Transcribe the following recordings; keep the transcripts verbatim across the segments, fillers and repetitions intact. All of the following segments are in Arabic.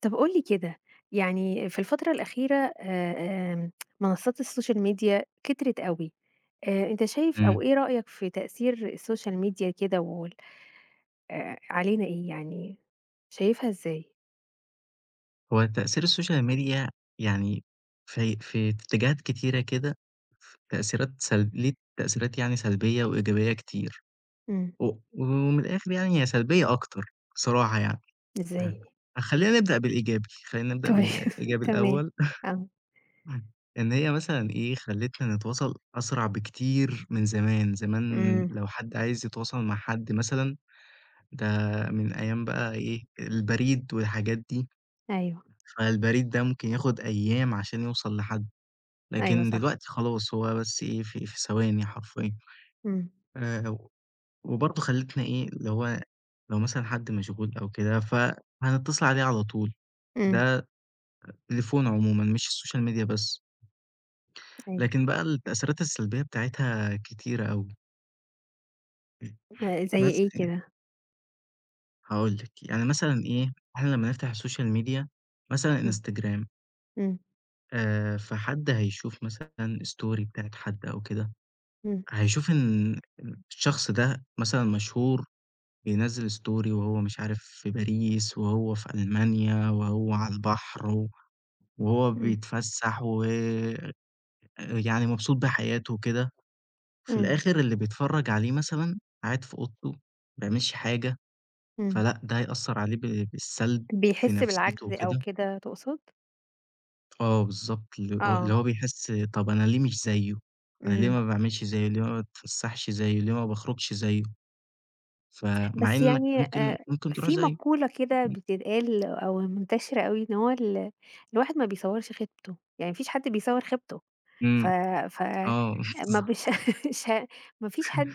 طب قُل لي كده، يعني في الفترة الأخيرة آآ آمم منصات السوشيال ميديا كترت أوي. آآ أنت شايف أو إمم. إيه رأيك في تأثير السوشيال ميديا كده وال آآ علينا إيه، يعني شايفها إزاي؟ هو تأثير السوشيال ميديا يعني في في اتجاهات كتيرة كده، ف تأثيرات سلب ليه تأثيرات يعني سلبية وإيجابية كتير، إمم. و ومن الآخر يعني هي سلبية أكتر بصراحة يعني. إمم. إزاي؟ خلّينا نبدأ بالإيجابي، خلّينا نبدأ طيب، بالإيجابي تمام. الأول، آه. إن هي مثلًا إيه، خلّتنا نتواصل أسرع بكتير من زمان، زمان إمم. لو حد عايز يتواصل مع حد مثلًا، ده من أيام بقى إيه، البريد والحاجات دي. أيوه. فالبريد ده ممكن ياخد أيام عشان يوصل لحد، أيوه، لكن صح. دلوقتي خلاص هو بس إيه في في ثواني حرفيًا، إمم. آآ، وبرضه خلّتنا إيه اللي هو لو مثلًا حد مشغول أو كده فهنتصل عليه على طول، إمم. ده التليفون عمومًا مش السوشيال ميديا بس، أيوه. لكن بقى التأثيرات السلبية بتاعتها كتيرة أوي، ما زي بس إيه يعني كده؟ هاقول لِك يعني مثلًا إيه إحنا لمّا نفتح السوشيال ميديا مثلًا إمم. إنستجرام، إمم. آآ، فحد هيشوف مثلًا story بتاعة حد أو كده، إمم. هيشوف إن الشخص ده مثلًا مشهور بينزّل ستوري وهو مش عارف في باريس وهو في ألمانيا وهو على البحر و وهو إمم. بيتفسّح و يعني مبسوط بحياته وكده، في إمم. الآخر اللي بيتفرّج عليه مثلًا قاعد في أوضته ما بيعملش حاجة، إمم. فلأ ده هيأثّر عليه ب بالسلب في بيحس نفسيته بالعجز أو وكده. كده تقصد؟ آه بالضبط، اللي هو اللي آه. هو بيحس طَب أنا ليه مش زيّه؟ أنا ليه إمم. ما باعملش زيّه؟ ليه ما باتفسّحش زيّه؟ ليه ما باخرجش زيّه؟ فمع بس إنك يعني ممكن آآ ممكن تروح في زيه. مقولة كده إمم، بتتقال أو منتشرة أوي، إن هو ال الواحد ما بيصوّرش خيبته، يعني ما فيش حد بيصوّر خيبته. ف إمم، ف آه ما بالضبط. بش ش ما فيش حد.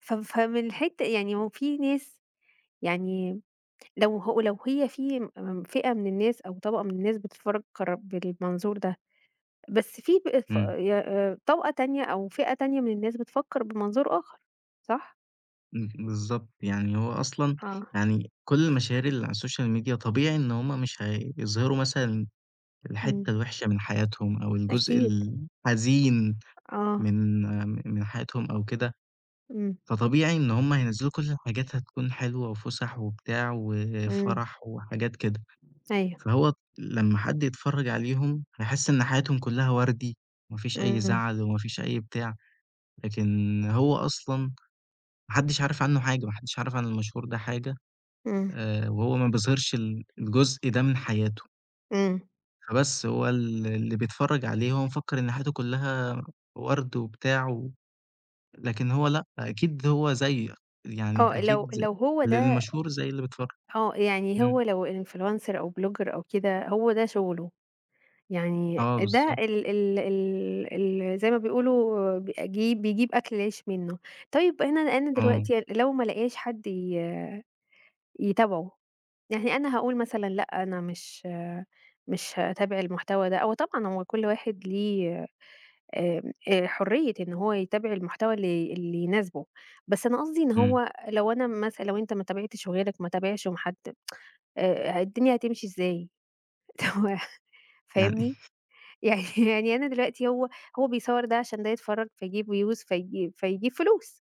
ف فمن الحتة يعني هو في ناس، يعني لو هو لو هي في م فئة من الناس أو طبقة من الناس بتتفرّج قر بالمنظور ده، بس في ب ف إمم، ي آآ طبقة تانية أو فئة تانية من الناس بتفكّر بمنظور آخر، صح؟ إمم، بالضبط. يعني هو أصلًا آه. يعني كل المشاهير اللي على السوشيال ميديا طبيعي إن هم مش هيظهروا مثلًا الحتّة إمم. الوحشة من حياتهم أو الجزء أكيد. الحزين آه. من من حياتهم أو كده، إمم. فطبيعي إن هم هينزّلوا كل الحاجات هتكون حلوة وفُسح وبتاع إمم. وفرح وحاجات كده. أيوه. فهو لمّا حد يتفرّج عليهم هيحس إن حياتهم كلّها وردي، وما فيش أي إمم. زعل وما فيش أي بتاع، لكن هو أصلًا ما حدّش عارف عنّه حاجة، ما حدّش عارف عن المشهور ده حاجة، إمم. آآ، وهو ما بيظهرش ال الجزء ده من حياته، إمم. فبس هو ال اللي بيتفرّج عليه هو مفكّر إن حياته كلّها ورد وبتاع و لكن هو لأ، أكيد هو زيّك، يعني آه، لو أكيد ز لو هو اللي ده. المشهور زي اللي بيتفرّج، آه، يعني إمم، هو لو influencer أو blogger أو كده، هو ده شغله، يعني آه ده بالضبط، ال ال ال ال زي ما بيقولوا بيجيب بيجيب أكل العيش منه. طيب أنا أنا آه، دلوقتي لو ما لاقياش حد ي يتابعه، يعني أنا هاقول مثلًا لأ، أنا مش مش هاتابع المحتوى ده، أو طبعًا هو كل واحد ليه آمم، آآ، حرية إن هو يتابع المحتوى اللي اللي يناسبه. بس أنا قصدي إن إمم، هو لو أنا مثلًا، لو أنت ما تابعتش وغيرك ما تابعش وما حد آآ، الدنيا هتمشي إزاي؟ هو يعني فاهمني؟ يعني يعني أنا دلوقتي هو هو بيصوّر ده عشان ده يتفرج، فيجيب views فيجي فيجيب فلوس،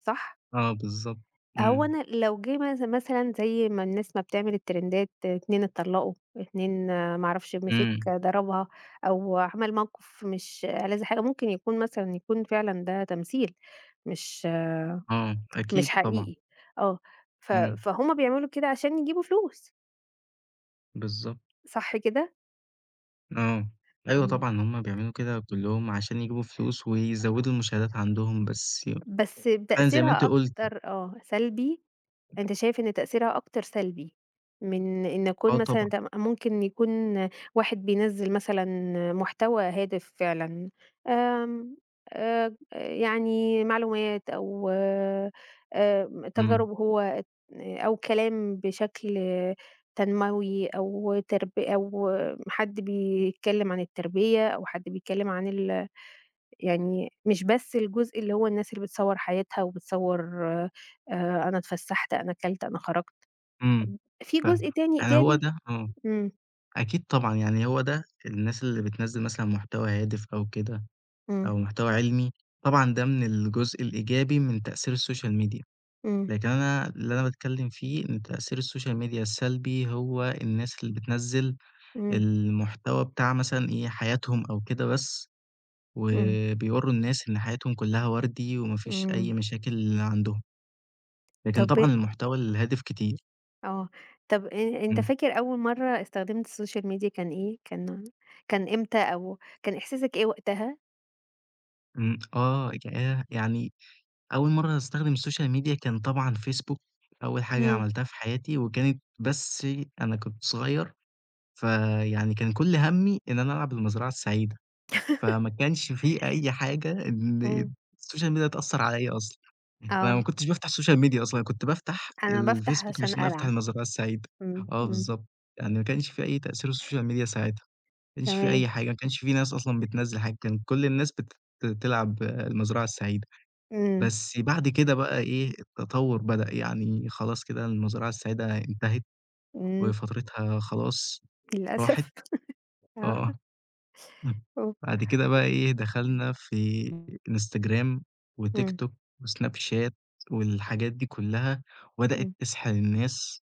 صح؟ آه بالضبط، هو إمم، أنا لو جه مس مثلًا، زي ما الناس ما بتعمل الترندات، اتنين اتطلّقوا، اتنين ما أعرفش، مسك إمم. ضربها، أو عمل موقف مش ألذ حاجة، ممكن يكون مثلًا يكون فعلًا ده تمثيل، مش آه، مش أكيد طبعًا، حقيقي. آه. ف إمم، فهُم بيعملوا كده عشان يجيبوا فلوس، بالضبط، صح كده؟ آه، أيوه إمم. طبعًا هُم بيعملوا كده كلّهم عشان يجيبوا فلوس ويزوّدوا المشاهدات عندهم، بس بس فعلًا زي ما أنتِ تأثيرها قُلتِ، أكتر آه، سلبي. أنت شايف إن تأثيرها أكتر سلبي، من إن أكون آه مثلًا طبعًا، ده م ممكن يكون واحد بينزّل مثلًا محتوى هادف فعلًا، آمم، آآ، يعني معلومات أو آآ، إمم، تجارب هو ات أو كلام بشكل تنموي أو ترب أو حد بيتكلم عن التربية أو حد بيتكلم عن ال يعني مش بس الجزء اللي هو الناس اللي بتصوّر حياتها وبتصوّر آآ أنا اتفسّحت، أنا كلت، أنا خرجت. إمم، في فاهمِك، جزء تاني يعني هو إيجابي. ده آه، إمم. أكيد طبعًا، يعني هو ده الناس اللي بتنزّل مثلًا محتوى هادف أو كده إمم. أو محتوى علمي، طبعًا ده من الجزء الإيجابي من تأثير السوشيال ميديا، إمم. لكن أنا اللي أنا باتكلّم فيه إن تأثير السوشيال ميديا السلبي هو الناس اللي بتنزّل إمم. المحتوى بتاع مثلًا إيه، حياتهم أو كده بس، إمم. وبيورّوا الناس إن حياتهم كلّها وردي وما فيش إمم. أي مشاكل عندهم، لكن طب طبعًا إيه- المحتوى الهادف كتير. آه. طب أ أنت إمم، فاكر أول مرّة استخدمت السوشيال ميديا كان إيه؟ كان كان إمتى، أو كان إحساسك إيه وقتها؟ إمم، آه، ياه! يعني أول مرّة أستخدم السوشيال ميديا كان طبعًا فيسبوك، أول حاجة إمم. عملتها في حياتي وكانت بس أنا كنت صغير، فيعني كان كل هَمّي إن أنا ألعب المزرعة السعيدة. فما كانش في أي حاجة إن إمم. السوشيال ميديا تأثّر عليّا أصلًا، أنا ما آه. كنتش بافتح السوشيال ميديا أصلًا، أنا كنت بافتح أنا بافتح الفيسبوك عشان عشان أفتح ألعب. المزرعة السعيدة، إمم. آه إمم. بالضبط، يعني ما كانش في أي تأثير السوشيال ميديا ساعتها، ما كانش في تمام. أي حاجة، ما كانش في ناس أصلًا بتنزّل حاجة، كان كل الناس بت تلعب المزرعة السعيدة، إمم. بس بعد كده بقى إيه التطور بدأ، يعني خلاص كده المزرعة السعيدة انتهت إمم. وفترتها خلاص راحت، للأسف. آه. آه. إمم. أوف. بعد كده بقى إيه، دخلنا في إنستجرام وتيك إمم. توك وسناب شات والحاجات دي كلّها، وبدأت إمم. تسحل الناس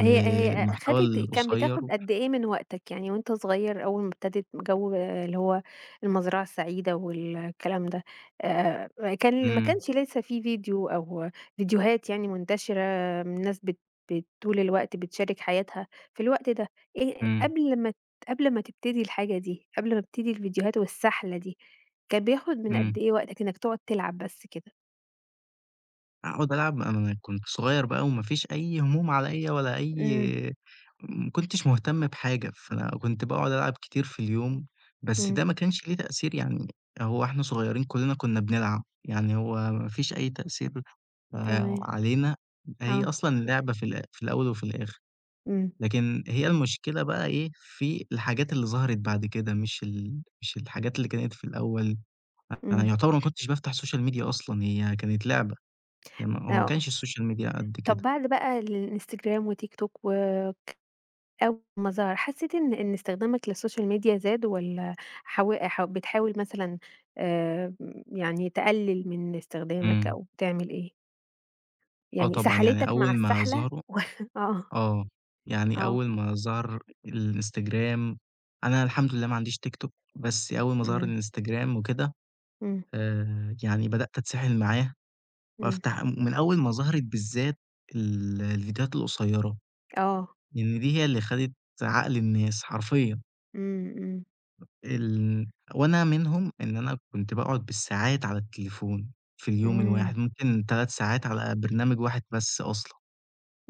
هي هي خدت كان القصيّر. بتاخد قد إيه من وقتك، يعني وأنت صغير أول ما ابتدِت جو اللي هو المزرعة السعيدة والكلام ده، آآ كان ما إمم، كانش لسه في فيديو أو فيديوهات يعني منتشرة من ناس بت بت طول الوقت بتشارك حياتها، في الوقت ده إيه، إمم، قبل ما ت قبل ما تبتدي الحاجة دي، قبل ما تبتدي الفيديوهات والسحلة دي، كان بياخد من إمم. قد إيه وقتك إنك تقعد تلعب بس كده؟ أقعد ألعب، أنا أنا كنت صغيّر بقى وما فيش أي هموم عليّا ولا إمم. أي، ما كنتش مهتم بحاجة، فأنا كنت باقعد ألعب كتير في اليوم، بس إمم. ده ما كانش ليه تأثير يعني، هو إحنا صغيرين كلنا كنا بنلعب، يعني هو ما فيش أي تأثير آآ تمام. علينا، هي آه. أصلًا لعبة في الأ في الأول وفي الآخر، إمم. لكن هي المشكلة بقى إيه، في الحاجات اللي ظهرت بعد كده مش ال مش الحاجات اللي كانت في الأول، أنا إمم. يعتبر ما كنتش بافتح السوشيال ميديا أصلًا، هي كانت لعبة، يعني ما- هو ما آه. كانش السوشيال ميديا قد طب كده. بعد بقى الإنستجرام وتيك توك، و أول ما ظهر، حسّيت إن إن استخدامك للسوشيال ميديا زاد، والّا حاو حاو بتحاول مثلًا آآ يعني تقلل من استخدامك إمم. أو تعمل إيه؟ آه يعني طبعًا، يعني سحلتك مع أول ما السحلة ظهروا، و آه. آه، يعني آه. أول ما ظهر الإنستجرام، أنا الحمد لله ما عنديش تيك توك، بس أول ما ظهر إمم. الإنستجرام وكده، إمم. آآ، يعني بدأت أتسحل معاه إمم. وأفتح من أول ما ظهرت بالذات ال الفيديوهات القصيرة، آه. لإن دي هي اللي خدت عقل الناس حرفيًا، إمم. إمم. ال وأنا منهم إن أنا كنت باقعد بالساعات على التليفون في اليوم إمم. الواحد، ممكن 3 ساعات على برنامج واحد بس أصلًا،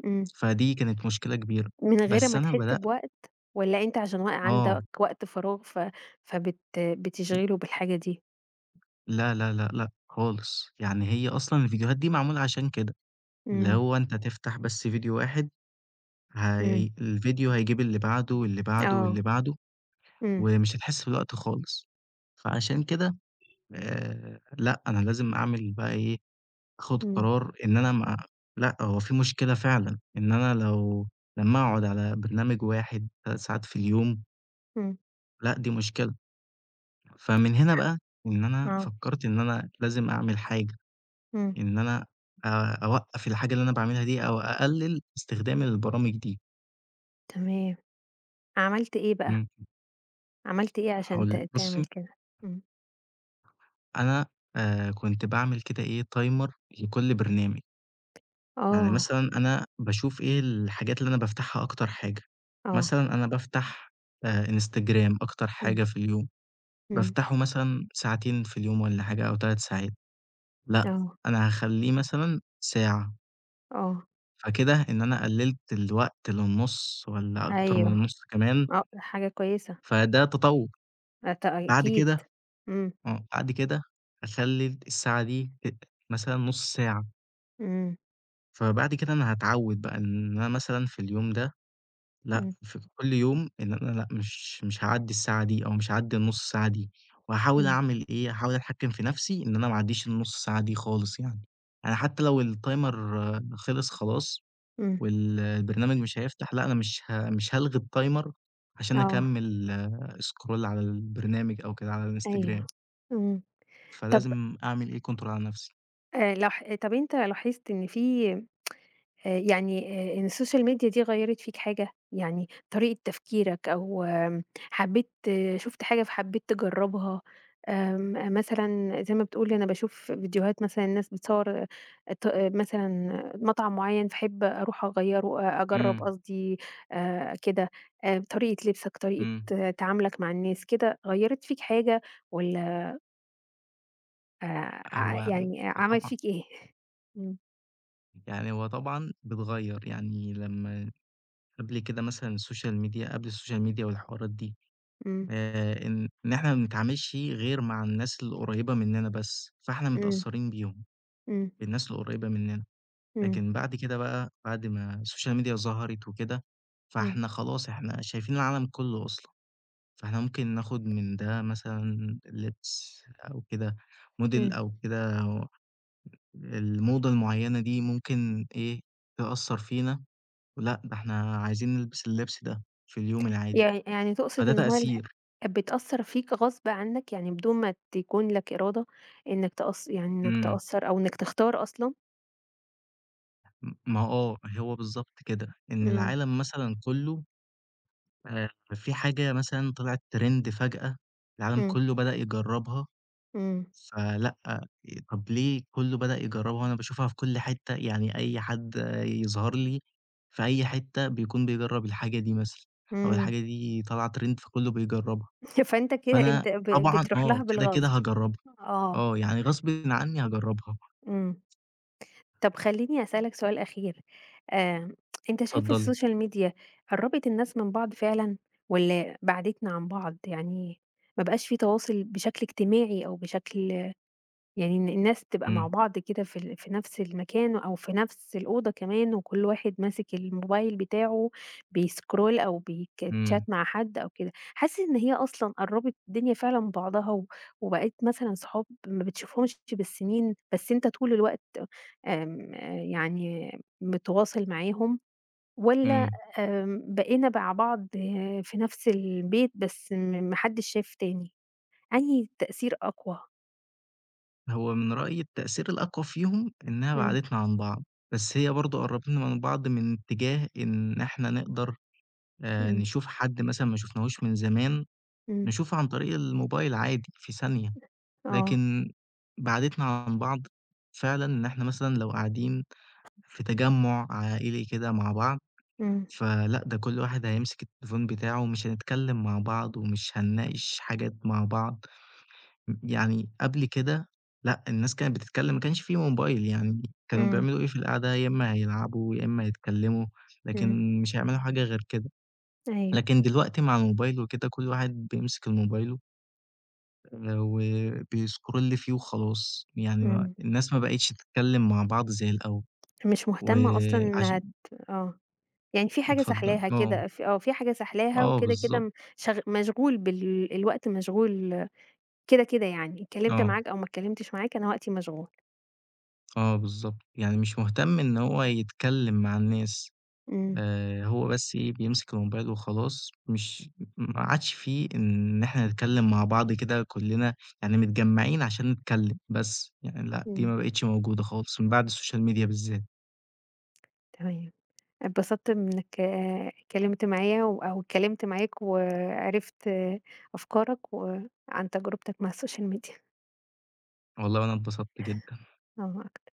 إمم. فدي كانت مشكلة كبيرة، من غير بس ما أنا تحس بدأت بوقت، والّا أنت عشان وق آه. عندك وقت فراغ ف فبت بتشغله بالحاجة دي؟ لا، لا، لأ، لأ خالص، يعني هي أصلًا الفيديوهات دي معمولة عشان كده، اللي إمم. هو أنت تفتح بس فيديو واحد، هي إمم. الفيديو هيجيب اللي بعده واللي بعده واللي آه. بعده، إمم. ومش هتحس بالوقت خالص، فعشان كده آآ، لأ أنا لازم أعمل بقى إيه، آخد إمم. قرار إن أنا ما لأ هو في مشكلة فعلًا، إن أنا لو لمّا أقعد على برنامج واحد 3 ساعات في اليوم، إمم. لأ دي مشكلة، فمن هنا بقى إن أنا آه. فكرت إن أنا لازم أعمل حاجة. إمم. إن أنا آآ أوقّف الحاجة اللي أنا باعملها دي أو أقلِّل استخدامي للبرامج دي. تمام. عملت إيه بقى، إمم. عملت إيه عشان هاقول ت لِك تعمل بُصّي، كده؟ إمم. أنا آآ كنت باعمل كده إيه timer لكل برنامج. يعني آه. مثلًا أنا باشوف إيه الحاجات اللي أنا بافتحها أكتر حاجة. آه. مثلًا أنا بافتح آآ Instagram أكتر إمم. حاجة في اليوم، إمم. بافتحه مثلًا ساعتين في اليوم والّا حاجة أو 3 ساعات، لأ، آه. أنا هاخلّيه مثلًا ساعة. آه. فكده إن أنا قلِّلت الوقت للنُص والّا أكتر من أيوه. النُص كمان، آه، حاجة كويسة. فده تطوّر. أت بعد أكيد. كده إمم. آه. بعد كده أخلّي الساعة دي ت مثلًا نُص ساعة، إمم. فبعد كده أنا هاتعوّد بقى إن أنا مثلًا في اليوم ده لأ، إمم. في كل يوم إن أنا لأ، مش مش هاعدّي الساعة دي أو مش هاعدّي النُص ساعة دي، وهاحاول إمم. أعمل إيه، هاحاول أتحكّم في نَفْسي إن أنا ما اعدّيش النُص ساعة دي خالص يعني، أنا حتى لو الtimer خلص خلاص إمم. وال البرنامج مش هيفتح، لأ، أنا مش ه مش هالغي الtimer عشان آه. أكمّل scroll على البرنامج أو كده على أيوه. الإنستجرام. إمم. طب فلازم أعمل إيه control على نفسي. آآ لاح طَب أنت لاحظت إن في آآ يعني آآ إن السوشيال ميديا دي غيّرت فيك حاجة؟ يعني طريقة تفكيرك، أو آمم حبّيت آه، شُفت حاجة فحبّيت تجرّبها، آمم آه، مثلًا زي ما بتقول أنا باشوف فيديوهات مثلًا الناس بتصوّر آه، ط آه، مثلًا مطعم معيّن فاحب أروح أغيّره، أ أجرّب إمم، قصدي آآ كده. آآ طريقة لبسك، طريقة إمم. آه، تعاملك مع الناس كده، غيّرت فيك حاجة والّا آآ ع هو يعني عملت طبعًا، فيك إيه؟ إمم. يعني هو طبعًا بتغيّر، يعني لمّا قبل كده مثلًا السوشيال ميديا قبل السوشيال ميديا والحوارات دي، إمم. آآ، إن إن إحنا ما بنتعاملش غير مع الناس القريبة مننا بس، فإحنا إمم. متأثّرين بيهم، إمم. بالناس القريبة مننا، إمم. لكن بعد كده بقى بعد ما السوشيال ميديا ظهرت وكده، إمم. فإحنا خلاص إحنا شايفين العالم كُلّه أصلًا. فإحنا ممكن ناخد من ده مثلًا لبس أو كده موديل إمم. أو كده، الموضة المعيّنة دي ممكن إيه، تأثّر فينا، لأ ده إحنا عايزين نلبس اللبس ده في اليوم العادي، يعني يعني تقصد فده إن هو اله تأثير. بتأثّر فيك غصب عنّك، يعني بدون ما تكون لك إرادة إنّك تأث يعني إنّك إمم. تأثّر أو إنّك تختار أصلًا؟ م ما آه، هو بالضبط كده، إن إمم. العالم مثلًا كُلّه، آآ في حاجة مثلًا طلعت ترند فجأة، العالم إمم. كُلّه بدأ يجرّبها، إمم. فلأ، طَب ليه كُلّه بدأ يجرّبها وأنا باشوفها في كل حتّة، يعني أي حد يظهر لي في أي حتّة بيكون بيجرّب الحاجة دي مثلًا، أو إمم. الحاجة دي طالعة ترند فكُلّه بيجرّبها، فأنت كده فأنا أنت ب طبعًا بتروح آه، لها كده، كده بالغصب. هاجرّبها، آه. آه، يعني غصبٍ عنّي هاجرّبها، إمم. طب خلّيني أسألك سؤال أخير، آآ أنت شايف اتفضّلي. السوشيال ميديا قرّبت الناس من بعض فعلًا، والّا بَعدتنا عن بعض؟ يعني ما بقاش في تواصل بشكل اجتماعي أو بشكل، يعني إن الناس تبقى مع إمم، بعض كده في ال في نفس المكان أو في نفس الأوضة كمان، وكل واحد ماسك الموبايل بتاعه بيسكرول أو بيتشات إمم، مع حد أو كده، حاسس إن هي أصلًا قرّبت الدنيا فعلًا من بعضها، و وبقيت مثلًا صحاب ما بتشوفهمش بالسنين، بس أنت طول الوقت آمم، يعني متواصل معاهم، والّا إمم. آمم، بقينا مع بعض آه، في نفس البيت، بس م ما حدش شايف تاني، أنهي التأثير أقوى؟ هو من رأيي التأثير الأقوى فيهم إنها إمم. بَعَدِتنا عن بعض، بس هي برضه قرّبتنا من بعض من اتجاه إن إحنا نقدر، آآ، إمم. نشوف حد مثلًا ما شُفناهوش من زمان، إمم. نشوف عن طريق الموبايل عادي في ثانية، آه. لكن بعدتنا عن بعض فعلًا إن إحنا مثلًا لو قاعدين في تجمُّع عائلي كده مع بعض، إمم. فلأ ده كل واحد هيمسك التليفون بتاعه ومش هنتكلم مع بعض ومش هنناقش حاجات مع بعض، م يعني قبل كده لأ، الناس كانت بتتكلم ما كانش في موبايل يعني، كانوا إمم. بيعملوا إيه في القعدة يا إما هيلعبوا يا إما هيتكلموا، إمم. لكن مش هيعملوا حاجة غير كده، أيوه. لكن دلوقتي مع الموبايل وكده كل واحد بيمسك الموبايل، آآ وبيscroll فيه وخلاص، يعني ما إمم. الناس ما بقِتش تتكلّم مع بعض زي الأول، مش مهتمة أصلًا إنها وعشان ت آه، يعني في حاجة اتفضّلي، ساحلاها آه، كده، ف آه، في حاجة ساحلاها آه وكده، كده بالضبط، م شغ مشغول بال الوقت مشغول كده، كده يعني، اتكلمت آه، معاك أو ما اتكلمتش معاك، أنا وقتي مشغول. آه بالضبط، يعني مش مهتم إن هو يتكلّم مع الناس، إمم. آآ هو بس إيه بيمسك الموبايل وخلاص، مش ما عادش في إن إحنا نتكلّم مع بعض كده كلّنا يعني متجمّعين عشان نتكلّم بس، يعني لأ، دي إمم. ما بقِتش موجودة خالص من بعد السوشيال ميديا بالذات، تمام. اتبسطت إنك آه، اتكلمت معايا، و أو اتكلمت معاك وعرفت آه، أفكارك وعن تجربتك مع السوشيال ميديا. والله وأنا اتبسطت جدًا. الله أكبر.